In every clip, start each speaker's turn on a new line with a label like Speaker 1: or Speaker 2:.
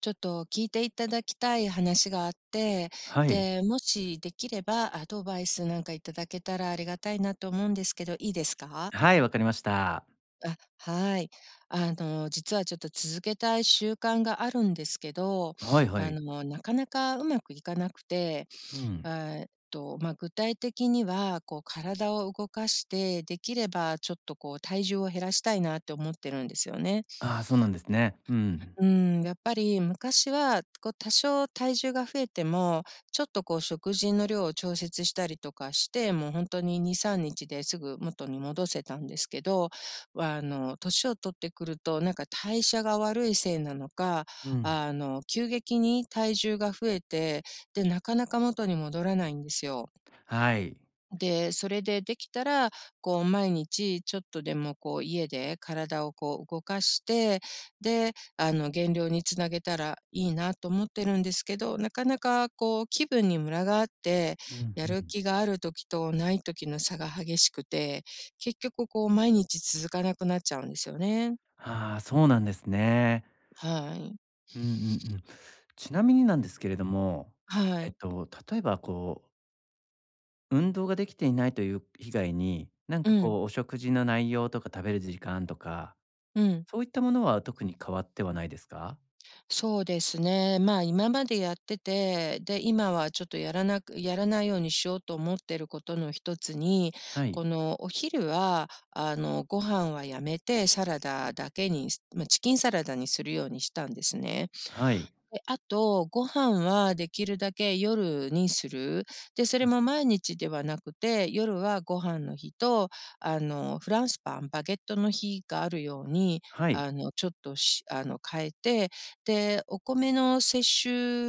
Speaker 1: ちょっと聞いていただきたい話があって、
Speaker 2: はい。
Speaker 1: で、もしできればアドバイスなんかいただけたらありがたいなと思うんですけど、いいですか？
Speaker 2: はい、わかりました。
Speaker 1: あ、はい。実はちょっと続けたい習慣があるんですけど、
Speaker 2: はいはい。
Speaker 1: なかなかうまくいかなくて、
Speaker 2: うん。
Speaker 1: まあ、具体的には、こう体を動かして、できればちょっとこう体重を減らしたいなって思ってるんですよね。
Speaker 2: ああ、そうなんですね。うん。
Speaker 1: うん、やっぱり昔は、こう、多少体重が増えても、ちょっとこう食事の量を調節したりとかして、もう本当に2、3日ですぐ元に戻せたんですけど、年を取ってくると、なんか代謝が悪いせいなのか、
Speaker 2: うん。
Speaker 1: 急激に体重が増えて、で、なかなか元に戻らないんですよ。
Speaker 2: はい。
Speaker 1: で、それでできたら、こう毎日ちょっとでもこう家で体をこう動かして、で、減量につなげたらいいなと思ってるんですけど、なかなかこう気分にムラがあって、
Speaker 2: うん
Speaker 1: や
Speaker 2: う
Speaker 1: る
Speaker 2: ん。
Speaker 1: 気がある時とない時の差が激しくて、結局こう毎日続かなくなっちゃうんですよね。
Speaker 2: ああ、そうなんですね。
Speaker 1: はい。
Speaker 2: うんうんうん。ちなみになんですけれども、
Speaker 1: はい。
Speaker 2: 例えばこう、運動ができていないという以外に、なん
Speaker 1: う
Speaker 2: か
Speaker 1: ん。
Speaker 2: こう、お食事の内容とか食べる時間とか、
Speaker 1: うん。
Speaker 2: そういったものは特に変わってはないですか？
Speaker 1: そうですね。まあ、今までやってて、で、今はちょっとやらないようにしようと思ってることの一つに、
Speaker 2: はい。
Speaker 1: このお昼は、ご飯はやめてサラダだけに、まあ、チキンサラダにするようにしたんですね。
Speaker 2: はい。
Speaker 1: で、あと、ご飯はできるだけ夜にする。で、そ
Speaker 2: う
Speaker 1: れ
Speaker 2: ん。
Speaker 1: も毎日ではなくて、夜はご飯の日と、フランスパン、バゲットの日があるように、
Speaker 2: はい。
Speaker 1: あの、ちょっとしあの、変えて、で、お米の摂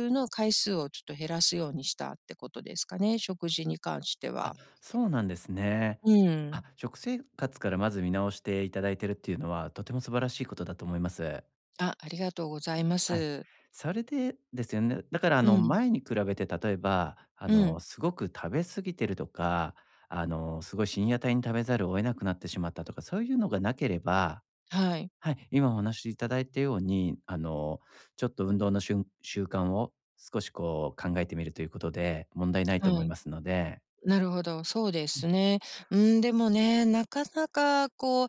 Speaker 1: 取の回数をちょっと減らすようにしたってことですかね、食事に関して
Speaker 2: あ、
Speaker 1: は。
Speaker 2: そうなんですね。
Speaker 1: う
Speaker 2: あ、
Speaker 1: ん。
Speaker 2: 食生活からまず見直していただいてるっていうのは、とても素晴らしいことだと思います。
Speaker 1: あ、ありがとうございま
Speaker 2: はい。
Speaker 1: す。
Speaker 2: それでですよね、だからあの、
Speaker 1: うん、
Speaker 2: 前に比べて例えば、あ
Speaker 1: う
Speaker 2: の、
Speaker 1: ん、
Speaker 2: すごく食べ過ぎてるとか、あの、すごい深夜帯に食べざるを得なくなってしまったとか、そういうのがなければ、
Speaker 1: はい、
Speaker 2: はい、今お話しいただいたように、あの、ちょっと運動のしゅん習慣を少しこう考えてみるということで、問題ない
Speaker 1: は
Speaker 2: と思い
Speaker 1: い。
Speaker 2: ますので。
Speaker 1: なるほど、そうで
Speaker 2: うん。
Speaker 1: すね。うん、でもね、なかなかこう、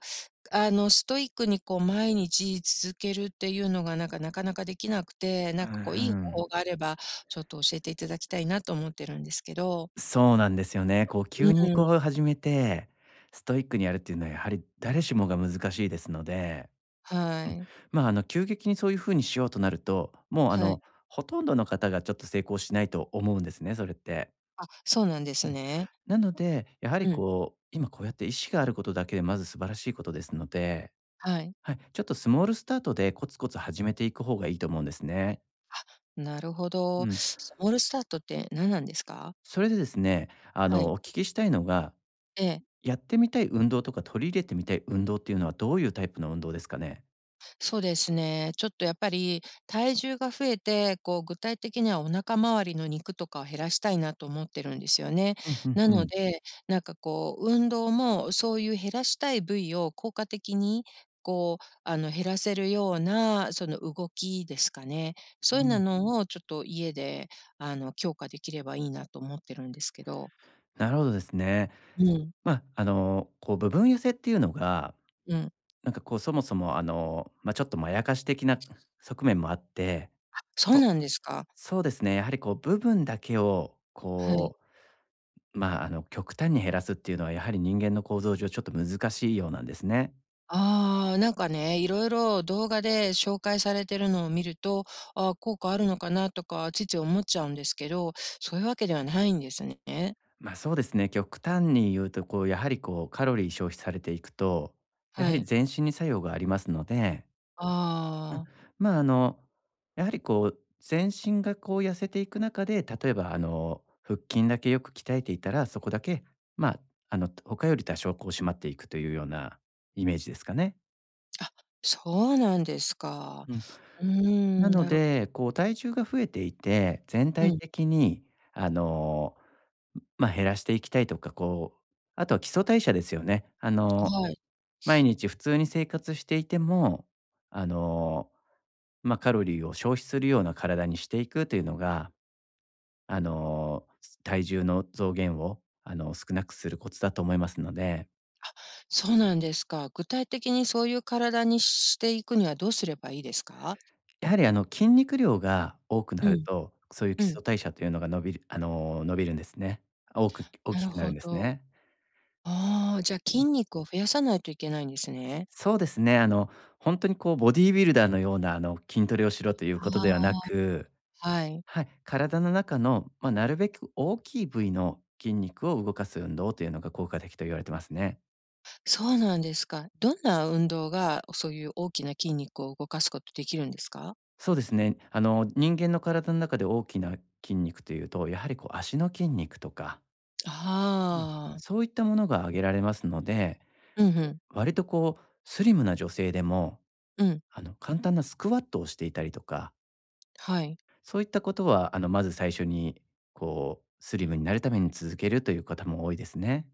Speaker 1: ストイックにこう毎日続けるっていうのがなんか、なかなかできなくて、
Speaker 2: う
Speaker 1: なん
Speaker 2: う
Speaker 1: かこういい方法
Speaker 2: ん。
Speaker 1: があれば、ちょっと教えていただきたいなと思ってるんですけど。
Speaker 2: そうなんですよね。こう
Speaker 1: う
Speaker 2: 急
Speaker 1: ん、
Speaker 2: にこう始めて、ストイックにやるっていうのはやはり誰しもが難しいですので、う
Speaker 1: は
Speaker 2: ん、
Speaker 1: い、
Speaker 2: まあ、あの急激にそういう風にしようとなると、もうあ
Speaker 1: は
Speaker 2: の
Speaker 1: い。
Speaker 2: ほとんどの方がちょっと成功しないと思うんですね、それって。
Speaker 1: あ、そうなんで
Speaker 2: う
Speaker 1: す
Speaker 2: ん、
Speaker 1: ね。
Speaker 2: なので、やはり
Speaker 1: うん、
Speaker 2: こう、今こうやって意思があることだけでまず素晴らしいことですので、
Speaker 1: はい。
Speaker 2: はい、ちょっとスモールスタートでコツコツ始めていく方がいいと思うんですね。
Speaker 1: なるほ
Speaker 2: う
Speaker 1: ど。
Speaker 2: ん。
Speaker 1: スモールスタートって何なんですか？
Speaker 2: それでですね、あ
Speaker 1: は
Speaker 2: の
Speaker 1: い、
Speaker 2: お聞きしたいのが
Speaker 1: ええ。
Speaker 2: やってみたい運動とか、取り入れてみたい運動っていうのは、どういうタイプの運動ですかね？
Speaker 1: そうですね。ちょっとやっぱり体重が増えて、こう具体的にはお腹周りの肉とかを減らしたいなと思ってるんですよね。
Speaker 2: うんうん
Speaker 1: な
Speaker 2: う
Speaker 1: の
Speaker 2: ん。
Speaker 1: で、なんかこう運動もそういう減らしたい部位を効果的にこう減らせるようなその動きですかね。
Speaker 2: う
Speaker 1: そういうな
Speaker 2: ん。
Speaker 1: のをちょっと家で強化できればいいなと思ってるんですけど。
Speaker 2: なるほどですね。
Speaker 1: うん、
Speaker 2: まあ、あの、こう部分痩せっていうのが、
Speaker 1: うん。
Speaker 2: なんかこう、そもそも、あの、まあ、ちょっとまやかし的な側面もあって、
Speaker 1: そう
Speaker 2: こ
Speaker 1: なんです
Speaker 2: う
Speaker 1: か。
Speaker 2: そうですね、やはりこう部分だけを、
Speaker 1: はい。
Speaker 2: こう、まあ、あの、極端に減らすっていうのは、やはり人間の構造上ちょっと難しいようなんですね。
Speaker 1: ああ、なんかね、いろいろ動画で紹介されてるのを見ると、ああ、効果あるのかなとか、ついつい思っちゃうんですけど、そういうわけではないんですね。
Speaker 2: ま、そうですね、極端に言うと、こう、やはり、こう、カロリー消費されていくと、やは
Speaker 1: は
Speaker 2: り
Speaker 1: い。
Speaker 2: 全身に作用がありますので、うん、
Speaker 1: ああ、
Speaker 2: ま、やはり、こう、全身が、こう、痩せていく中で、例えば、あの、腹筋だけよく鍛えていたら、そこだけ、まあ、あの、他より多少、こう、締まっていくというようなイメージですかね。
Speaker 1: あ、そうなんですか。
Speaker 2: うん。
Speaker 1: うー
Speaker 2: な
Speaker 1: ん、
Speaker 2: の
Speaker 1: なるほど。
Speaker 2: で、こう、体重が増えていて、全
Speaker 1: う
Speaker 2: 体
Speaker 1: ん、
Speaker 2: 的に、あの、ま、減らしていきたいとか、こう、あとは基礎代謝ですよね。あの
Speaker 1: はい。
Speaker 2: 毎日普通に生活していても、あの、まあ、カロリーを消費するような体にしていくというのが、あの、体重の増減を、あの、少なくするコツだと思いますので、
Speaker 1: そうなんですか。具体的にそういう体にしていくにはどうすればいいですか？
Speaker 2: やはり、あの、筋肉量が多くな
Speaker 1: う
Speaker 2: る
Speaker 1: ん、
Speaker 2: と、そういう基
Speaker 1: うん、
Speaker 2: 礎代謝というのが伸びるんですね。多く大
Speaker 1: な
Speaker 2: き
Speaker 1: る
Speaker 2: くなる
Speaker 1: ほ
Speaker 2: んです
Speaker 1: ど。
Speaker 2: ね。
Speaker 1: ああ、じゃ、
Speaker 2: うん、
Speaker 1: 筋肉を増やさないといけないんですね。
Speaker 2: そうですね、あの、本当にこうボディービルダーのような、あの、筋トレをしろということではな
Speaker 1: あ
Speaker 2: く、
Speaker 1: あ、はい。
Speaker 2: はい、体の中の、まあ、なるべく大きい部位の筋肉を動かす運動というのが効果的と言われてますね。
Speaker 1: そうなんですか。どんな運動が、そういう大きな筋肉を動かすことできるんですか？
Speaker 2: そうですね。あの、人間の体の中で大きな筋肉というと、やはりこう足の筋肉とか、うん。
Speaker 1: ああ、
Speaker 2: そういったものが挙げられますので、
Speaker 1: うんうん、
Speaker 2: 割とこうスリムな女性でも、
Speaker 1: うん、
Speaker 2: あの、簡単なスクワットをしていたりとか、
Speaker 1: はい。
Speaker 2: そういったことは、あの、まず最初にこうスリムになるために続けるという方も多いですね。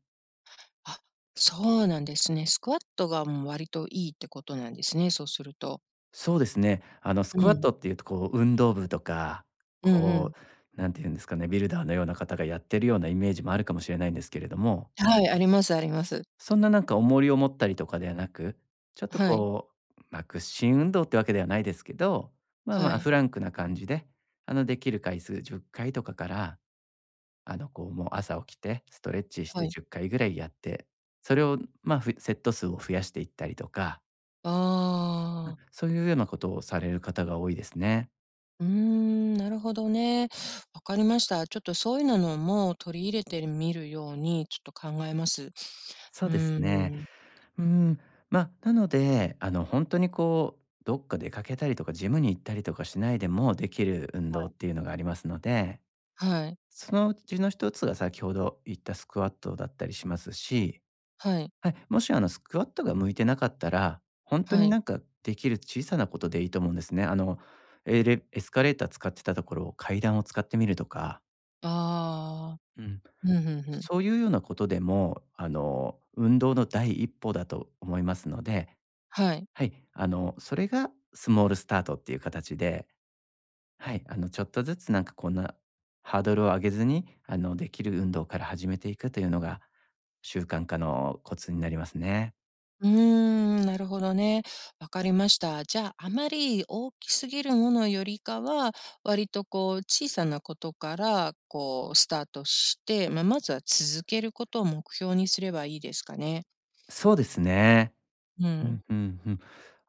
Speaker 1: あ、そうなんですね。スクワットが、もう、割といいってことなんですね、そうすると。
Speaker 2: そうですね。あの、ス
Speaker 1: う
Speaker 2: クワッ
Speaker 1: ん、
Speaker 2: トっていうと、こう、運動部とか、
Speaker 1: うんう
Speaker 2: こ
Speaker 1: ん。
Speaker 2: う、なんていうんですかね、ビルダーのような方がやってるようなイメージもあるかもしれないんですけれども、
Speaker 1: はい、ありますあります。
Speaker 2: そんななんか重りを持ったりとかではなく、ちょっと
Speaker 1: はい、
Speaker 2: こう、まあ、屈伸運動ってわけではないですけど、まあ
Speaker 1: は
Speaker 2: まあ、
Speaker 1: い、
Speaker 2: フランクな感じで、あの、できる回数10回とかから、あの、こう、もう朝起きてストレッチし
Speaker 1: は
Speaker 2: て
Speaker 1: い。
Speaker 2: 10回ぐらいやって、それを、まあ、セット数を増やしていったりとか、
Speaker 1: ああ、
Speaker 2: そういうようなことをされる方が多いですね。
Speaker 1: うーん、なるほどね。わかりました。ちょっとそういうのも取り入れてみるようにちょっと考えます。
Speaker 2: そう
Speaker 1: う
Speaker 2: です
Speaker 1: ー
Speaker 2: ね。
Speaker 1: ん、は
Speaker 2: うーん、まあ、なので、あの、本当にこう、どっか出かけたりとか、ジムに行ったりとかしないでもできる運動っ
Speaker 1: い、
Speaker 2: ていうのがありますので、
Speaker 1: はい。
Speaker 2: そのうちの一つが先ほど言ったスクワットだったりしますし、
Speaker 1: はい、
Speaker 2: はい、もしあの、スクワットが向いてなかったら、本当
Speaker 1: は
Speaker 2: に
Speaker 1: い。
Speaker 2: なんかできる小さなことでいいと思うんですね。あの、エスカレーター使ってたところを階段を使ってみるとか、
Speaker 1: ああ、
Speaker 2: うん、
Speaker 1: うん、ふんふん。
Speaker 2: そういうようなことでも、あの、運動の第一歩だと思いますので、
Speaker 1: はい。
Speaker 2: はい、あの、それがスモールスタートっていう形で、はい、あの、ちょっとずつなんかこんなハードルを上げずに、あの、できる運動から始めていくというのが、習慣化のコツになりますね。
Speaker 1: うーん、なるほどね。わかりました。じゃあ、あまり大きすぎるものよりかは、割とこう小さなことから、こうスタートして、まあ、まずは続けることを目標にすればいいですかね。
Speaker 2: そうですね。
Speaker 1: う
Speaker 2: う
Speaker 1: ん。
Speaker 2: ん、うん、うん。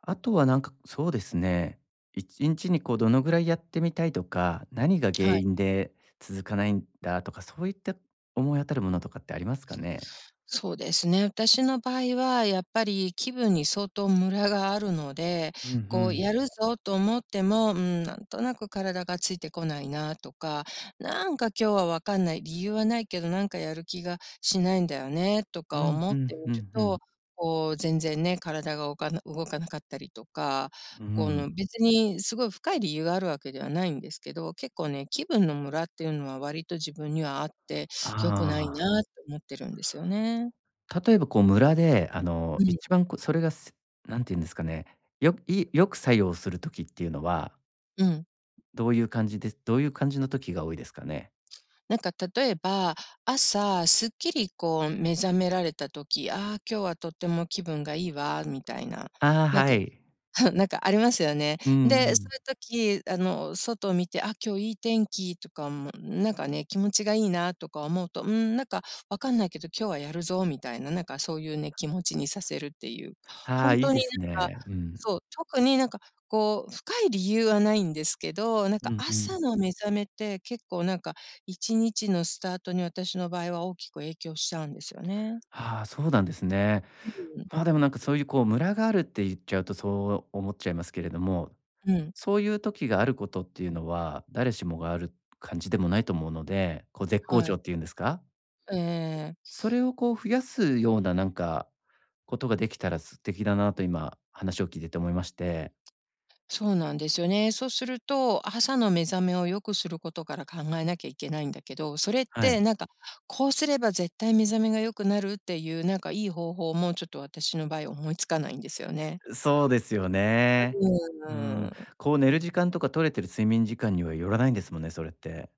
Speaker 2: あとはなんか、そうですね。1日にこうどのぐらいやってみたいとか、何が原
Speaker 1: はい。
Speaker 2: 因で続かないんだとか、そういった思い当たるものとかってありますかね？
Speaker 1: そうですね。私の場合はやっぱり気分に相当ムラがあるので、
Speaker 2: うんう
Speaker 1: こう
Speaker 2: ん。
Speaker 1: やるぞと思っても、うん、なんとなく体がついてこないなとか、なんか今日はわかんない、理由はないけどなんかやる気がしないんだよねと
Speaker 2: う
Speaker 1: か
Speaker 2: ん
Speaker 1: 思
Speaker 2: う
Speaker 1: っ
Speaker 2: ん
Speaker 1: てみ
Speaker 2: う
Speaker 1: る
Speaker 2: んうん。
Speaker 1: と、こう全然ね、体が動かなかったりとか、
Speaker 2: う
Speaker 1: こ
Speaker 2: ん。
Speaker 1: の別にすごい深い理由があるわけではないんですけど、結構ね、気分のムラっていうのは割と自分にはあって
Speaker 2: あ
Speaker 1: 良くない
Speaker 2: あ。
Speaker 1: なって思ってるんですよね。
Speaker 2: 例えばこう村で、あの、
Speaker 1: うん、
Speaker 2: 一番こうそれが何て言うんですかね、よく作用する時っていうのは、
Speaker 1: うん。
Speaker 2: どういう感じです？どういう感じの時が多いですかね？
Speaker 1: なんか例えば、朝すっきりこう目覚められた時、ああー、今日はとっても気分がいいわみたいな、
Speaker 2: ああ、
Speaker 1: なん
Speaker 2: は
Speaker 1: か
Speaker 2: い。
Speaker 1: なんかありますよね。
Speaker 2: うん
Speaker 1: で、
Speaker 2: う
Speaker 1: そ
Speaker 2: ん。
Speaker 1: ういう時、外を見て、あ、今日いい天気とかも、なんかね、気持ちがいいなとか思うと、うん、なんかわかんないけど今日はやるぞみたいな、なんかそういうね、気持ちにさせるっていう。
Speaker 2: ああ、
Speaker 1: 本
Speaker 2: いい
Speaker 1: 当
Speaker 2: で
Speaker 1: に
Speaker 2: す
Speaker 1: なんか、
Speaker 2: ね。うん。
Speaker 1: そう、特になんかこう、深い理由はないんですけど、なん
Speaker 2: う
Speaker 1: か
Speaker 2: んうん。
Speaker 1: 朝の目覚めって結構なんか1日のスタートに私の場合は大きく影響しちゃうんですよね。
Speaker 2: ああ、そうなんですね。
Speaker 1: うん。
Speaker 2: まあ、でもなんかそういうこう村があるって言っちゃうとそう思っちゃいますけれども、
Speaker 1: うん。
Speaker 2: そういう時があることっていうのは、誰しもがある感じでもないと思うので、こう絶好
Speaker 1: はい。
Speaker 2: 調っていうんですか？
Speaker 1: ええ。
Speaker 2: それをこう増やすようななんか、ことができたら素敵だなと今話を聞いてて思いまして。
Speaker 1: そうなんですよね。そうすると、朝の目覚めを良くすることから考えなきゃいけないんだけど、それっ
Speaker 2: はい。
Speaker 1: てなんか、こうすれば絶対目覚めが良くなるっていう、なんかいい方法もちょっと私の場合思いつかないんですよね。
Speaker 2: そうですよね。う
Speaker 1: う
Speaker 2: ん。
Speaker 1: ん。
Speaker 2: こう寝る時間とか取れてる睡眠時間にはよらないんですもんね、それって。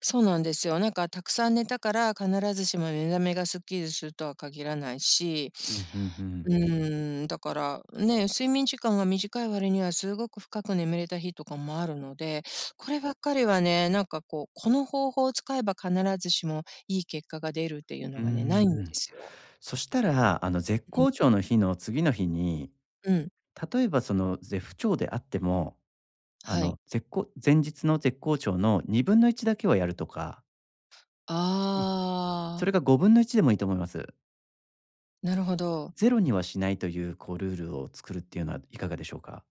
Speaker 1: そうなんですよ。なんかたくさん寝たから必ずしも目覚めがスッキリするとは限らないし、
Speaker 2: うんうんう
Speaker 1: う
Speaker 2: ん。
Speaker 1: ーん、だからね、睡眠時間が短い割にはすごく深く眠れた日とかもあるので、こればっかりはね、なんかこう、この方法を使えば必ずしもいい結果が出るっていう
Speaker 2: う
Speaker 1: の
Speaker 2: ん
Speaker 1: がね、ないんで
Speaker 2: うん。
Speaker 1: すよ。
Speaker 2: そしたら、あの絶
Speaker 1: うん、
Speaker 2: 好調の日の次の日に、
Speaker 1: うん、
Speaker 2: 例えばその絶不調であっても、あ
Speaker 1: はい。
Speaker 2: の前日の絶好調の2分の1だけはやるとか、うん。
Speaker 1: あ
Speaker 2: そ
Speaker 1: あ、
Speaker 2: れが5分の1でもいいと思います。
Speaker 1: なるほど。
Speaker 2: ゼロにはしないという、こうルールを作るっていうのはいかがでしょうか？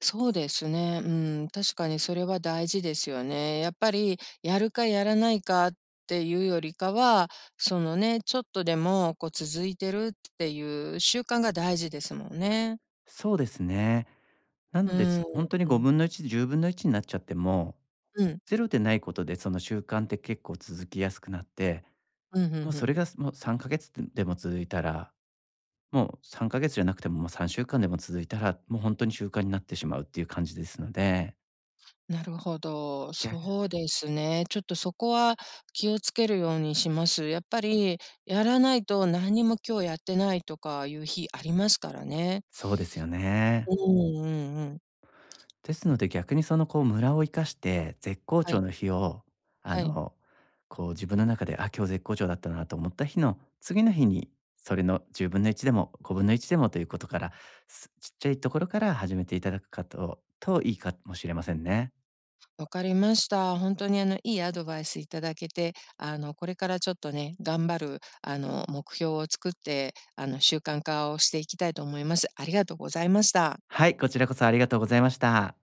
Speaker 1: そうですね。うん、確かにそれは大事ですよね。やっぱりやるかやらないかっていうよりかは、そのね、ちょっとでもこう続いてるっていう習慣が大事ですもんね。
Speaker 2: そうですね。な
Speaker 1: う
Speaker 2: ので、つ
Speaker 1: ん。
Speaker 2: 本当に
Speaker 1: うん。
Speaker 2: 5分の1、10分の1になっちゃっても、
Speaker 1: うん、
Speaker 2: ゼロでないことでその習慣って結構続きやすくなって、
Speaker 1: うんう
Speaker 2: もうそれ
Speaker 1: ん。
Speaker 2: が、もう3か月ででも続いたら、もう3か月じゃなくても、もう3週間でも続いたら、もう本当に習慣になってしまうっていう感じですので、
Speaker 1: なるほど。
Speaker 2: 逆
Speaker 1: そうですね。ちょっとそこは気をつけるようにします。やっぱりやらないと何にも今日やってないとかいう日ありますからね。
Speaker 2: そうですよね。
Speaker 1: うんうんうん。
Speaker 2: ですので、逆にそのこうムラを生かして、絶好
Speaker 1: は
Speaker 2: 調
Speaker 1: い、
Speaker 2: の日を、あ
Speaker 1: はい。
Speaker 2: の、こう自分の中で、あ、今日絶好調だったなと思った日の次の日に、それの10分の1でも5分の1でもということから、ちっちゃいところから始めていただくかとといいかもしれませんね。
Speaker 1: わかりました。本当にいいアドバイスいただけて、これからちょっとね、頑張る目標を作って、習慣化をしていきたいと思います。ありがとうございました。
Speaker 2: はい、こちらこそありがとうございました。